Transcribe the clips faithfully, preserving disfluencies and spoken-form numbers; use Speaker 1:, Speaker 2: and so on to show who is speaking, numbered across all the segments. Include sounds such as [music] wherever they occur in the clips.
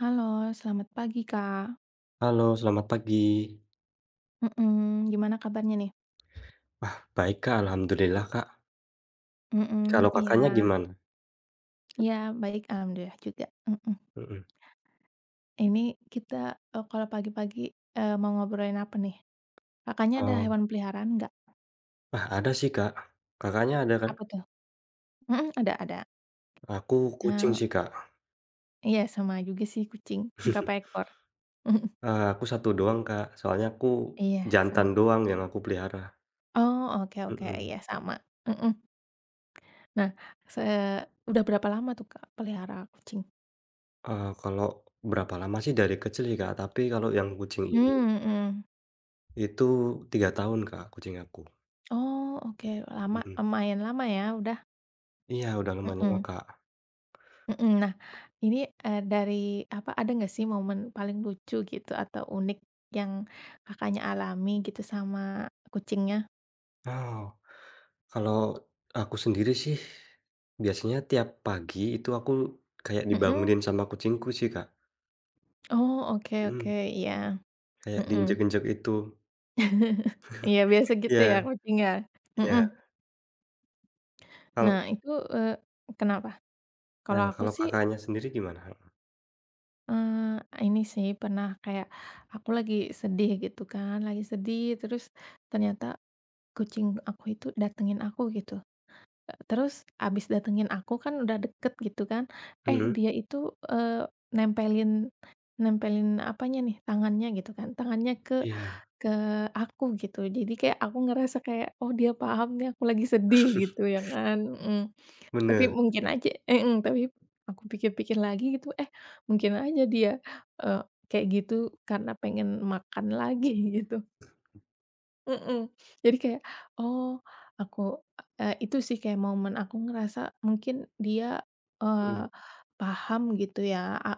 Speaker 1: Halo, selamat pagi, Kak.
Speaker 2: Halo, selamat pagi.
Speaker 1: Mhm, gimana kabarnya nih?
Speaker 2: Wah, baik Kak, alhamdulillah Kak.
Speaker 1: Mhm,
Speaker 2: Kalau
Speaker 1: iya.
Speaker 2: Kakaknya gimana?
Speaker 1: Iya, baik, alhamdulillah juga, mhm.
Speaker 2: Mhm.
Speaker 1: Ini kita, eee, kalau pagi-pagi, eee, mau ngobrolin apa nih? Kakaknya ada
Speaker 2: Oh,
Speaker 1: hewan peliharaan nggak?
Speaker 2: ah, ada sih Kak. Kakaknya ada kan?
Speaker 1: Apa tuh? Mhm, ada ada.
Speaker 2: Aku kucing
Speaker 1: Eee,
Speaker 2: sih Kak.
Speaker 1: iya sama juga sih kucing, berapa
Speaker 2: [laughs]
Speaker 1: ekor? Mhm,
Speaker 2: Eee, aku satu doang Kak, soalnya aku
Speaker 1: iya sama.
Speaker 2: jantan doang yang aku pelihara.
Speaker 1: Oh, oke oke,
Speaker 2: Mhm.
Speaker 1: iya sama, mhm. Nah, se udah berapa lama tuh, Kak, pelihara kucing?
Speaker 2: Eee, kalau berapa lama sih dari kecil sih Kak, tapi kalau yang kucing ini,
Speaker 1: Hmm, mhm.
Speaker 2: itu tiga tahun Kak, kucing aku.
Speaker 1: Oh, oke, lama
Speaker 2: Mhm.
Speaker 1: lumayan lama ya udah?
Speaker 2: Iya, udah lumayan lama
Speaker 1: Mhm
Speaker 2: Kak.
Speaker 1: mhm. Nah, ini, eee, dari apa, ada nggak sih momen paling lucu gitu atau unik yang Kakaknya alami gitu sama kucingnya?
Speaker 2: Oh. Kalau aku sendiri sih, biasanya tiap pagi itu aku kayak
Speaker 1: Mhm.
Speaker 2: dibangunin sama kucingku sih, Kak.
Speaker 1: Oh, oke
Speaker 2: Mhm,
Speaker 1: oke, iya,
Speaker 2: kayak
Speaker 1: mhm.
Speaker 2: diinjek-injek itu.
Speaker 1: [laughs] Iya, biasa gitu ya
Speaker 2: Iya
Speaker 1: kucing ya?
Speaker 2: iya.
Speaker 1: Mhm.
Speaker 2: Kalau
Speaker 1: Nah itu, eee, kenapa? Kalau
Speaker 2: nah,
Speaker 1: aku
Speaker 2: kalau
Speaker 1: sih,
Speaker 2: Kakaknya sendiri gimana?
Speaker 1: eee, ini sih pernah kayak aku lagi sedih gitu kan, lagi sedih terus ternyata kucing aku itu datengin aku gitu. Eee, terus abis datengin aku kan udah deket gitu kan, eh
Speaker 2: Mhm,
Speaker 1: dia itu, eee, nempelin nempelin apanya nih, tangannya gitu kan, tangannya ke
Speaker 2: iya,
Speaker 1: ke aku gitu. Jadi kayak aku ngerasa kayak, "Oh dia paham nih aku lagi sedih," gitu ya kan, mhm. Tapi
Speaker 2: bener.
Speaker 1: mungkin aja mhm, tapi aku pikir-pikir lagi gitu, eh mungkin aja dia, eee, kayak gitu karena pengen makan lagi [laughs] gitu. Mhm, jadi kayak, oh aku eee, itu sih kayak momen aku ngerasa mungkin dia,
Speaker 2: Mhm,
Speaker 1: eee, paham gitu ya, a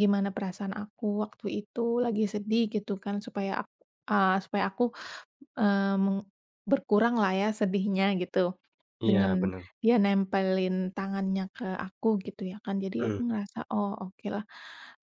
Speaker 1: gimana perasaan aku waktu itu lagi sedih gitu kan supaya ak eee, supaya aku Eee, meng berkuranglah ya sedihnya gitu,
Speaker 2: iya
Speaker 1: dengan
Speaker 2: bener.
Speaker 1: dia nempelin tangannya ke aku gitu ya kan, jadi aku
Speaker 2: Mhm,
Speaker 1: ngerasa, "Oh okelah,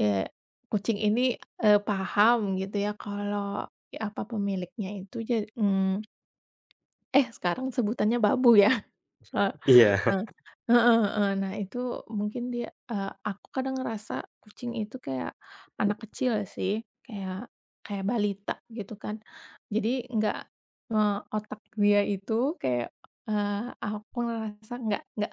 Speaker 1: eee, kucing ini, eee, paham gitu ya kalau, ya apa, pemiliknya itu ja" mmm, eh sekarang sebutannya babu ya? [laughs] Heeh.
Speaker 2: iya
Speaker 1: Nah,
Speaker 2: [laughs]
Speaker 1: heeh heeh. Nah, itu mungkin dia eee, aku kadang ngerasa kucing itu kayak anak kecil sih, kayak kayak balita gitu kan. Jadi nggak eee, otak dia itu kayak, eee, aku ngerasa nggak nggak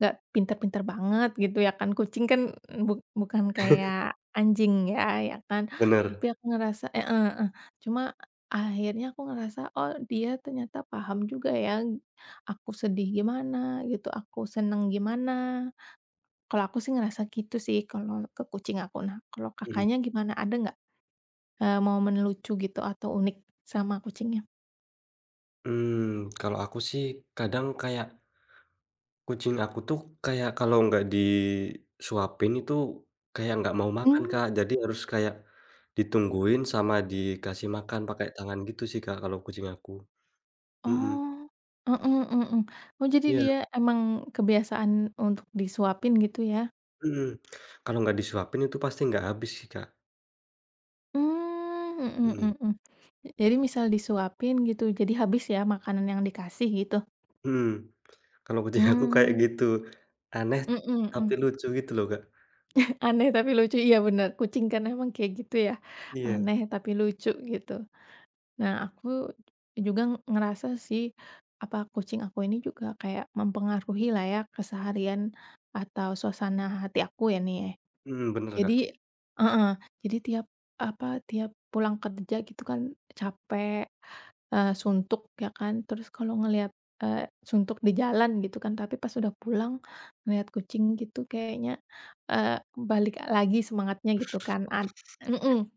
Speaker 1: nggak pinter-pinter banget gitu ya kan, kucing kan buk bukan kayak anjing ya, ya kan.
Speaker 2: bener.
Speaker 1: Tapi aku ngerasa eh, heeh heeh. Cuma akhirnya aku ngerasa, oh dia ternyata paham juga ya aku sedih gimana gitu, aku seneng gimana. Kalau aku sih ngerasa gitu sih kalau ke kucing aku. Nah, kalau
Speaker 2: Mhm.
Speaker 1: Kakaknya gimana? Ada nggak, eee, momen lucu gitu atau unik sama kucingnya?
Speaker 2: Mmm, kalau aku sih kadang kayak kucing aku tuh kayak kalau nggak disuapin itu kayak nggak mau makan,
Speaker 1: Hmm.
Speaker 2: Kak. Jadi harus kayak ditungguin sama dikasih makan pakai tangan gitu sih, Kak, kalau kucing aku. Mhm,
Speaker 1: Oh, mhm mhm. Oh, jadi
Speaker 2: iya,
Speaker 1: dia emang kebiasaan untuk disuapin gitu ya?
Speaker 2: mhm. Kalau nggak disuapin itu pasti nggak habis sih, Kak.
Speaker 1: Mmm, mhm
Speaker 2: Mhm,
Speaker 1: mhm. Jadi misal disuapin gitu, jadi habis ya makanan yang dikasih gitu?
Speaker 2: mhm. Kalau kucing aku kayak
Speaker 1: Mmm,
Speaker 2: gitu. Aneh
Speaker 1: mhm
Speaker 2: tapi
Speaker 1: mhm.
Speaker 2: lucu gitu loh, Kak.
Speaker 1: Aneh tapi lucu, iya bener, kucing kan emang kayak gitu ya,
Speaker 2: Iya,
Speaker 1: aneh tapi lucu gitu. Nah aku juga ngerasa sih, apa kucing aku ini juga kayak mempengaruhi lah ya keseharian atau suasana hati aku ya nih ya.
Speaker 2: mhm, bener,
Speaker 1: Jadi
Speaker 2: Kak.
Speaker 1: heeh, jadi tiap apa, tiap pulang kerja gitu kan capek, eee, suntuk ya kan, terus kalau ngelihat, eee, suntuk di jalan gitu kan, tapi pas udah pulang ngelihat kucing gitu kayaknya, eee, balik lagi semangatnya gitu kan ad mhm.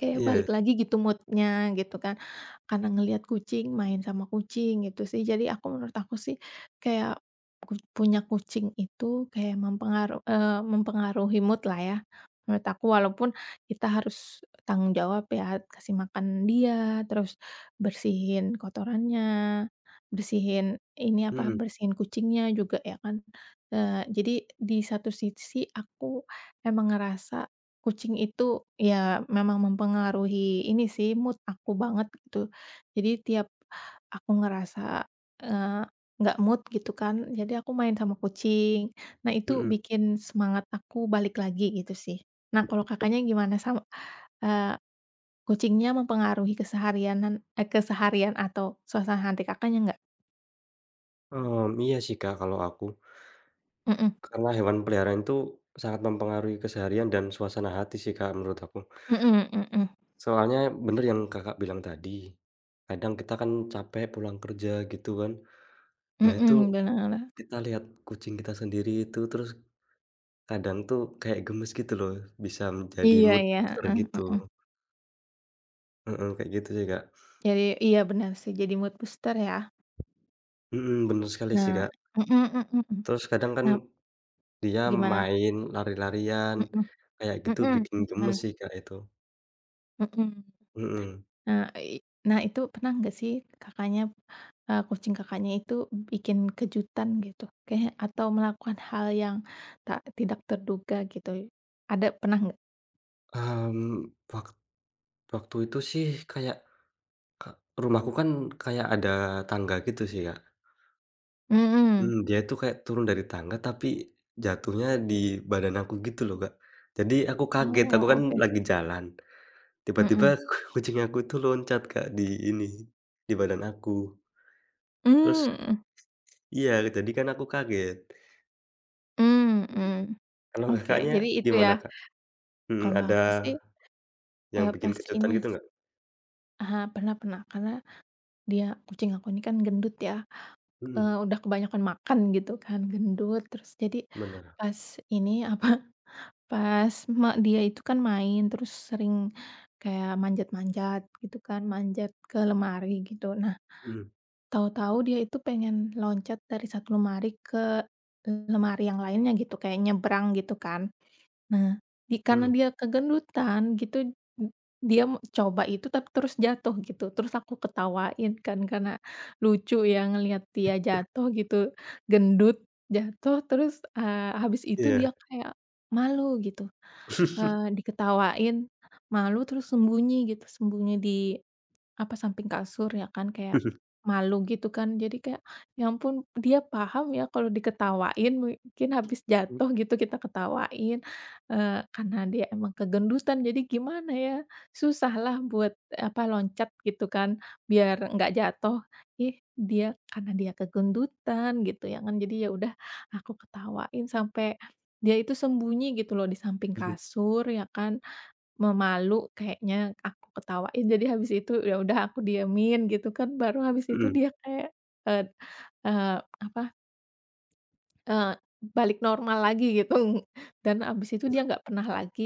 Speaker 1: Kayak
Speaker 2: Iya,
Speaker 1: balik lagi gitu mood-nya gitu kan, karena ngelihat kucing, main sama kucing gitu sih. Jadi aku menurut aku sih kayak ku punya kucing itu kayak mempengaruh eee, mempengaruhi mood lah ya, menurut aku. Walaupun kita harus tanggung jawab ya, kasih makan dia, terus bersihin kotorannya, bersihin ini apa,
Speaker 2: mhm
Speaker 1: bersihin kucingnya juga ya kan. Eee, jadi di satu sisi aku emang ngerasa kucing itu ya memang mempengaruhi ini sih mood aku banget gitu. Jadi tiap aku ngerasa, eee, nggak mood gitu kan, jadi aku main sama kucing. Nah itu
Speaker 2: mhm.
Speaker 1: bikin semangat aku balik lagi gitu sih. Nah kalau Kakaknya gimana sama eee, kucingnya mempengaruhi keseharianan eh, keseharian atau suasana hati Kakaknya nggak?
Speaker 2: Mmm, iya sih, Kak, kalau aku.
Speaker 1: Mhm
Speaker 2: Karena hewan peliharaan itu sangat mempengaruhi keseharian dan suasana hati sih, Kak, menurut aku.
Speaker 1: mhm mhm
Speaker 2: Soalnya bener yang Kakak bilang tadi, kadang kita kan capek pulang kerja gitu kan. Nah, itu
Speaker 1: mhm, bener.
Speaker 2: kita lihat kucing kita sendiri itu, terus kadang tuh kayak gemes gitu loh, bisa menjadi
Speaker 1: Iya
Speaker 2: mood
Speaker 1: iya,
Speaker 2: booster
Speaker 1: heeh
Speaker 2: gitu.
Speaker 1: heeh.
Speaker 2: Heeh, kayak gitu sih, Kak.
Speaker 1: Jadi iya benar sih jadi mood booster ya.
Speaker 2: Mhm, bener sekali sih,
Speaker 1: Nah
Speaker 2: Kak.
Speaker 1: mhm mhm mhm.
Speaker 2: Terus kadang kan
Speaker 1: Nah,
Speaker 2: dia
Speaker 1: gimana?
Speaker 2: main lari-larian,
Speaker 1: Mhm
Speaker 2: kayak gitu
Speaker 1: mhm,
Speaker 2: bikin gemes
Speaker 1: gimana?
Speaker 2: sih, Kak, itu.
Speaker 1: Mhm.
Speaker 2: Mhm.
Speaker 1: Nah, i nah itu pernah nggak sih Kakaknya, eee, kucing Kakaknya itu bikin kejutan gitu? Kayaknya atau melakukan hal yang tak tidak terduga gitu? Ada pernah nggak?
Speaker 2: Mmm, wak waktu itu sih kayak Kak, rumahku kan kayak ada tangga gitu sih, Kak.
Speaker 1: Mhm.
Speaker 2: Mmm, dia itu kayak turun dari tangga tapi jatuhnya di badan aku gitu loh, Kak. Jadi aku kaget,
Speaker 1: Oh,
Speaker 2: aku kan
Speaker 1: oke.
Speaker 2: lagi jalan, tiba-tiba
Speaker 1: Mhm.
Speaker 2: [laughs] kucing aku itu loncat, Kak, di ini, di badan aku. Terus
Speaker 1: Mmm,
Speaker 2: iya, jadi kan aku kaget.
Speaker 1: mhm.
Speaker 2: Kalau
Speaker 1: Oke,
Speaker 2: Kakaknya
Speaker 1: jadi itu
Speaker 2: gimana,
Speaker 1: ya.
Speaker 2: Kak? Mhm,
Speaker 1: Kalau
Speaker 2: ada
Speaker 1: aku sih,
Speaker 2: yang
Speaker 1: eee,
Speaker 2: bikin
Speaker 1: pas
Speaker 2: kejutan
Speaker 1: ini
Speaker 2: gitu
Speaker 1: s
Speaker 2: nggak?
Speaker 1: aha, pernah pernah. Karena dia kucing aku ini kan gendut ya. Eee,
Speaker 2: Mhm,
Speaker 1: udah kebanyakan makan gitu kan, gendut, terus jadi
Speaker 2: bener,
Speaker 1: pas ini, apa, [laughs] pas emak dia itu kan main, terus sering kayak manjat-manjat gitu kan, manjat ke lemari gitu. Nah,
Speaker 2: mhm
Speaker 1: tahu-tahu dia itu pengen loncat dari satu lemari ke lemari yang lainnya gitu, kayak nyebrang gitu kan. Nah, di karena
Speaker 2: mhm,
Speaker 1: dia kegendutan gitu, d dia me coba itu tapi terus jatuh gitu, terus aku ketawain kan karena lucu ya ngelihat dia jatuh gitu, gendut, jatuh terus, eee, habis itu
Speaker 2: iya.
Speaker 1: dia kayak malu gitu, eee,
Speaker 2: [laughs]
Speaker 1: diketawain, malu terus sembunyi gitu, sembunyi di apa samping kasur ya kan, kayak malu gitu kan. Jadi kayak, ya ampun dia paham ya kalau diketawain mungkin habis
Speaker 2: Mhm
Speaker 1: jatuh gitu kita ketawain, eee, karena dia emang kegendutan jadi gimana ya, susah lah buat, apa, loncat gitu kan biar nggak jatuh. Ih, dia karena dia kegendutan gitu ya kan, jadi ya udah aku ketawain sampai dia itu sembunyi gitu loh di samping
Speaker 2: mhm,
Speaker 1: kasur ya kan. Memalu kayaknya aku ketawain, jadi habis itu ya udah aku diamin gitu kan, baru habis itu
Speaker 2: mhm,
Speaker 1: dia kayak, eee eee, apa, eee, balik normal lagi gitu. Dan habis itu dia nggak pernah lagi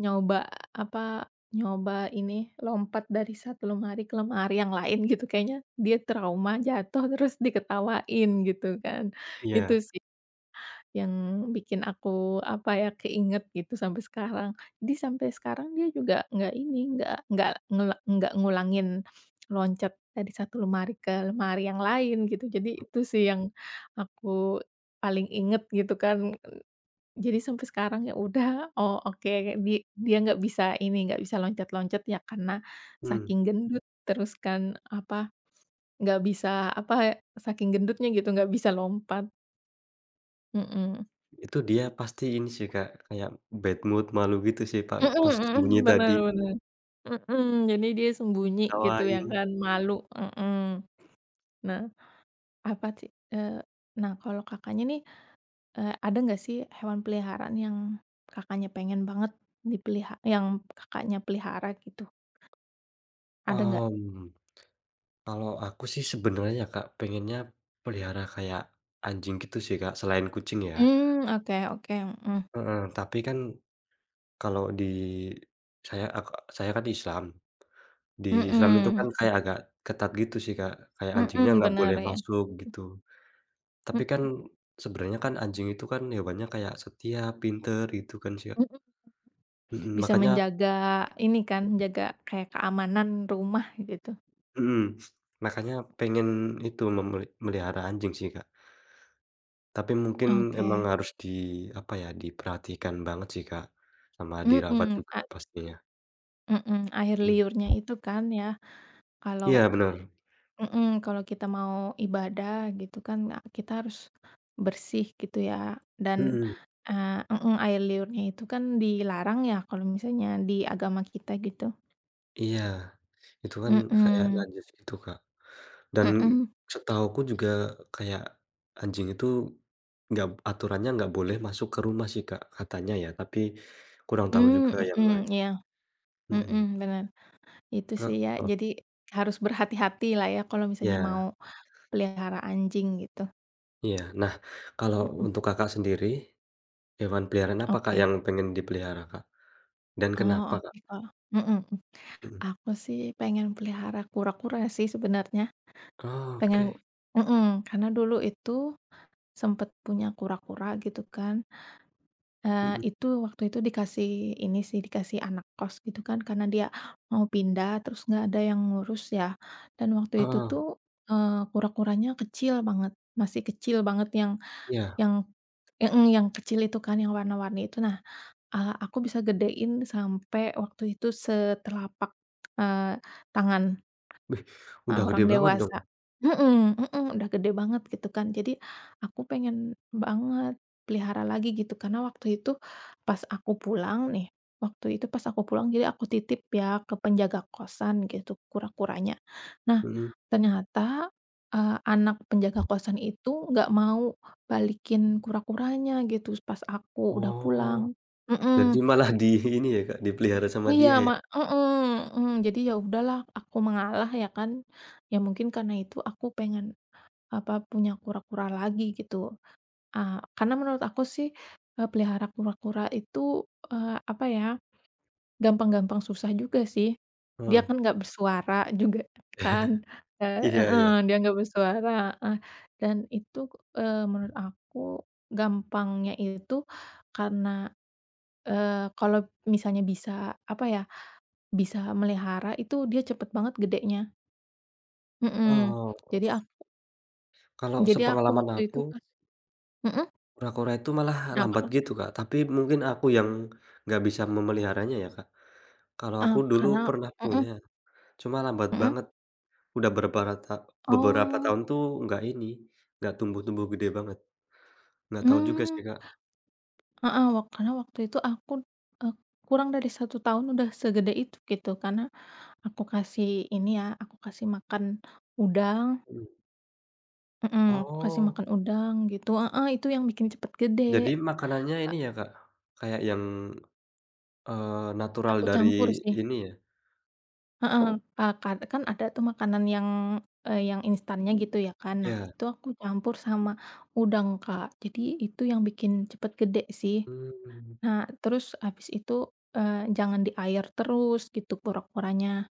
Speaker 1: nyoba, apa, nyoba ini, lompat dari satu lemari ke lemari yang lain gitu, kayaknya dia trauma jatuh terus diketawain gitu kan, itu
Speaker 2: iya,
Speaker 1: sih. Yang bikin aku, apa ya, keinget gitu sampai sekarang. Jadi sampai sekarang dia juga nggak ini, nggak nggak ngela nggak ngulangin loncat dari satu lemari ke lemari yang lain gitu. Jadi itu sih yang aku paling inget gitu kan. Jadi sampai sekarang ya udah, oh oke di dia nggak bisa ini, nggak bisa loncat-loncat ya karena
Speaker 2: mmm.
Speaker 1: saking gendut, terus kan, apa, nggak bisa, apa, saking gendutnya gitu nggak bisa lompat. Mhm.
Speaker 2: Itu dia pasti ini sih, Kak, kayak bad mood, malu gitu sih, Pak,
Speaker 1: Mhm
Speaker 2: pas sembunyi
Speaker 1: mhm,
Speaker 2: tadi,
Speaker 1: bener bener. Mhm, jadi dia sembunyi gitu ya
Speaker 2: ketawain.
Speaker 1: kan, malu, mhm. Nah, apa sih, eee, nah kalau Kakaknya nih, eee, ada nggak sih hewan peliharaan yang Kakaknya pengen banget dipeliha yang Kakaknya pelihara gitu, ada nggak?
Speaker 2: Mmm, kalau aku sih sebenarnya ya, Kak, pengennya pelihara kayak anjing gitu sih, Kak, selain kucing ya.
Speaker 1: Mmm, oke oke, mhm.
Speaker 2: Heeh, tapi kan kalau di saya ak saya kan Islam, di Islam itu kan
Speaker 1: Mhm,
Speaker 2: kayak agak ketat gitu sih, Kak, kayak anjingnya
Speaker 1: mhm,
Speaker 2: nggak
Speaker 1: bener
Speaker 2: boleh
Speaker 1: ya,
Speaker 2: masuk gitu. Tapi kan
Speaker 1: mhm
Speaker 2: sebenarnya kan anjing itu kan hewannya kayak setia, pinter gitu kan sih, Kak.
Speaker 1: mhm,
Speaker 2: Mhm,
Speaker 1: bisa
Speaker 2: makanya
Speaker 1: menjaga ini kan, menjaga kayak keamanan rumah gitu.
Speaker 2: Mhm, makanya pengen itu memeli melihara anjing sih, Kak. Tapi mungkin emang
Speaker 1: Oke,
Speaker 2: harus di, apa ya, diperhatikan banget sih, Kak, sama dirawat
Speaker 1: mhm,
Speaker 2: juga
Speaker 1: a
Speaker 2: pastinya.
Speaker 1: mhm, air
Speaker 2: Mmm,
Speaker 1: liurnya itu kan ya, kalau
Speaker 2: iya bener,
Speaker 1: Mhm, kalau kita mau ibadah gitu kan, eee, kita harus bersih gitu ya dan,
Speaker 2: mhm,
Speaker 1: eee mhm, air liurnya itu kan dilarang ya kalau misalnya di agama kita gitu.
Speaker 2: iya, itu kan kayak
Speaker 1: Mhm,
Speaker 2: najis gitu, Kak, dan
Speaker 1: mhm,
Speaker 2: setahuku juga kayak anjing itu nggak aturannya nggak boleh masuk ke rumah sih, Kak, katanya ya, tapi kurang tahu
Speaker 1: mmm,
Speaker 2: juga yang
Speaker 1: mhm,
Speaker 2: lain.
Speaker 1: iya, mhm,
Speaker 2: Mhm,
Speaker 1: bener. Itu
Speaker 2: Kak
Speaker 1: sih ya,
Speaker 2: heeh,
Speaker 1: jadi harus berhati-hati lah ya kalau misalnya
Speaker 2: iya
Speaker 1: mau pelihara anjing gitu.
Speaker 2: iya. Nah, kalau
Speaker 1: Mhm,
Speaker 2: untuk Kakak sendiri hewan peliharaan apa, Kak,
Speaker 1: oke.
Speaker 2: yang pengen dipelihara, Kak? Dan kenapa,
Speaker 1: Oh,
Speaker 2: Kak?
Speaker 1: oke Kak, mhm,
Speaker 2: Mhm.
Speaker 1: aku sih pengen pelihara kura-kura sih sebenarnya, pengen
Speaker 2: Oke.
Speaker 1: mhm, karena dulu itu sempet punya kura-kura gitu kan, eee,
Speaker 2: Mhm.
Speaker 1: itu waktu itu dikasih ini sih, dikasih anak kos gitu kan karena dia mau pindah terus nggak ada yang ngurus ya, dan waktu itu
Speaker 2: Heeh.
Speaker 1: tuh, eee, kura-kuranya kecil banget, masih kecil banget yang
Speaker 2: Iya.
Speaker 1: yang mhm, yang kecil itu kan yang warna-warni itu. Nah, eee, aku bisa gedein sampai waktu itu setelapak, eee, tangan.
Speaker 2: Wih,
Speaker 1: Eee,
Speaker 2: udah gede
Speaker 1: orang
Speaker 2: banget dong.
Speaker 1: dewasa. Mhm mhm, udah gede banget gitu kan. Jadi aku pengen banget pelihara lagi gitu, karena waktu itu pas aku pulang nih, waktu itu pas aku pulang jadi aku titip ya ke penjaga kosan gitu kura-kuranya. Nah,
Speaker 2: Mhm.
Speaker 1: ternyata, eee, anak penjaga kosan itu nggak mau balikin kura-kuranya gitu pas aku udah
Speaker 2: Oh,
Speaker 1: pulang.
Speaker 2: jadi
Speaker 1: Mhm.
Speaker 2: malah di [laughs] ini ya, Kak, dipelihara sama
Speaker 1: Iya
Speaker 2: dia ya?
Speaker 1: ma heeh, mhm, jadi ya udahlah aku mengalah ya kan, ya mungkin karena itu aku pengen, apa, punya kura-kura lagi gitu, eee, karena menurut aku sih, eee, pelihara kura-kura itu, eee, apa ya, gampang-gampang susah juga sih, dia
Speaker 2: Heeh.
Speaker 1: kan nggak bersuara [laughs] juga kan, eee
Speaker 2: Iya
Speaker 1: heeh,
Speaker 2: iya.
Speaker 1: dia nggak bersuara, heeh, dan itu, eee, menurut aku gampangnya itu karena, eee, kalau misalnya bisa, apa ya, bisa melihara itu dia cepet banget gedenya, mhm.
Speaker 2: Oh,
Speaker 1: Jadi ak
Speaker 2: kalau
Speaker 1: jadi aku
Speaker 2: sepengalaman
Speaker 1: waktu itu
Speaker 2: aku,
Speaker 1: pas mhm,
Speaker 2: kura-kura itu malah
Speaker 1: kenapa,
Speaker 2: lambat
Speaker 1: Kak?
Speaker 2: gitu, Kak, tapi mungkin aku yang nggak bisa memeliharanya ya, Kak. Kalau
Speaker 1: Ah,
Speaker 2: aku dulu
Speaker 1: karena
Speaker 2: pernah
Speaker 1: mhm
Speaker 2: punya, cuma lambat
Speaker 1: mhm.
Speaker 2: banget. Udah beberapa ta beberapa
Speaker 1: Oh,
Speaker 2: tahun tuh nggak ini, nggak tumbuh-tumbuh gede banget. Nggak tahu juga
Speaker 1: mmm,
Speaker 2: sih, Kak.
Speaker 1: heeh, wak karena waktu itu aku, eee, kurang dari satu tahun udah segede itu gitu, karena aku kasih ini ya, aku kasih makan udang
Speaker 2: Mhm.
Speaker 1: mhm, aku kasih
Speaker 2: Oh,
Speaker 1: makan udang gitu heeh, itu yang bikin cepet gede.
Speaker 2: jadi makanannya
Speaker 1: A
Speaker 2: ini ya, Kak, kayak yang, eee, natural
Speaker 1: aku
Speaker 2: dari
Speaker 1: campur sih.
Speaker 2: ini ya?
Speaker 1: Heeh, eee, kad kan ada tuh makanan yang, eee, yang instannya gitu ya kan. Nah,
Speaker 2: Iya,
Speaker 1: itu aku campur sama udang, Kak. Jadi itu yang bikin cepet gede sih.
Speaker 2: mmm,
Speaker 1: Nah, terus habis itu, eee, jangan di air terus gitu porak-poranya.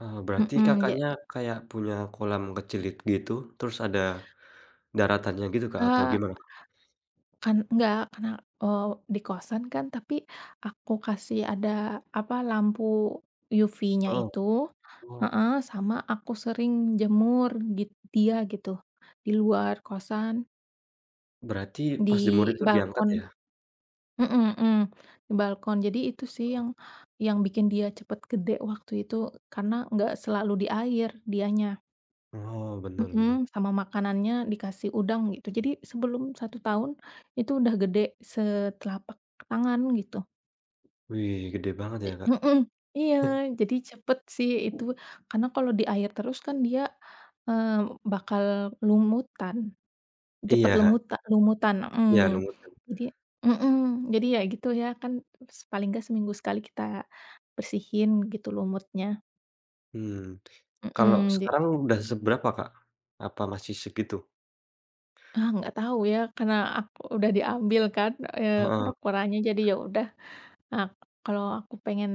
Speaker 2: eee, berarti
Speaker 1: Mhm, ja
Speaker 2: Kakaknya kayak punya kolam kecil it gitu, terus ada daratannya gitu, Kak, atau
Speaker 1: eee,
Speaker 2: gimana?
Speaker 1: kan enggak, karena, eee, di kosan kan, tapi aku kasih ada, apa, lampu U V-nya
Speaker 2: Heeh.
Speaker 1: itu
Speaker 2: Oh,
Speaker 1: heeh, sama aku sering jemur git dia gitu, di luar kosan.
Speaker 2: berarti pas jemur
Speaker 1: Di
Speaker 2: itu diangkat
Speaker 1: balkon
Speaker 2: ya?
Speaker 1: mhm mhm, di balkon. Jadi itu sih yang yang bikin dia cepet gede waktu itu, karena nggak selalu di air dianya
Speaker 2: Oh oh, bener bener.
Speaker 1: mhm, sama makanannya dikasih udang gitu. Jadi sebelum satu tahun itu udah gede setelapak tangan gitu.
Speaker 2: Wih, gede banget ya, Kak.
Speaker 1: Mhm, iya, jadi cepet sih itu, karena kalau di air terus kan dia, eee, bakal lumutan. Cepet
Speaker 2: Iya
Speaker 1: lemuta lumutan, mhm.
Speaker 2: iya, rebutan.
Speaker 1: Jadi mhm, jadi ya gitu ya kan s paling nggak seminggu sekali kita bersihin gitu lumutnya,
Speaker 2: Mmm, kalau
Speaker 1: mhm, ja
Speaker 2: sekarang udah seberapa, Kak? Apa masih segitu?
Speaker 1: ah, nggak tahu ya karena aku udah diambil kan, eee,
Speaker 2: Heeh,
Speaker 1: kura-kuranya jadi ya udah, nah kalau aku pengen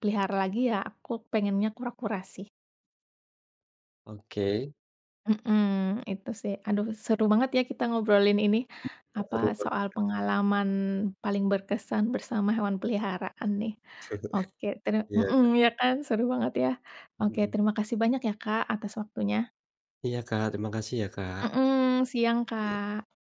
Speaker 1: pelihara lagi ya aku pengennya kura-kura sih.
Speaker 2: oke,
Speaker 1: Mhm, itu sih. Aduh seru banget ya kita ngobrolin ini, apa,
Speaker 2: seru ba
Speaker 1: soal pengalaman paling berkesan bersama hewan peliharaan nih. Oke ter
Speaker 2: iya,
Speaker 1: mhm, ya kan seru banget ya. Oke
Speaker 2: mhm.
Speaker 1: terima kasih banyak ya Kak atas waktunya.
Speaker 2: Iya, Kak, terima kasih ya, Kak.
Speaker 1: Mhm, siang Kak.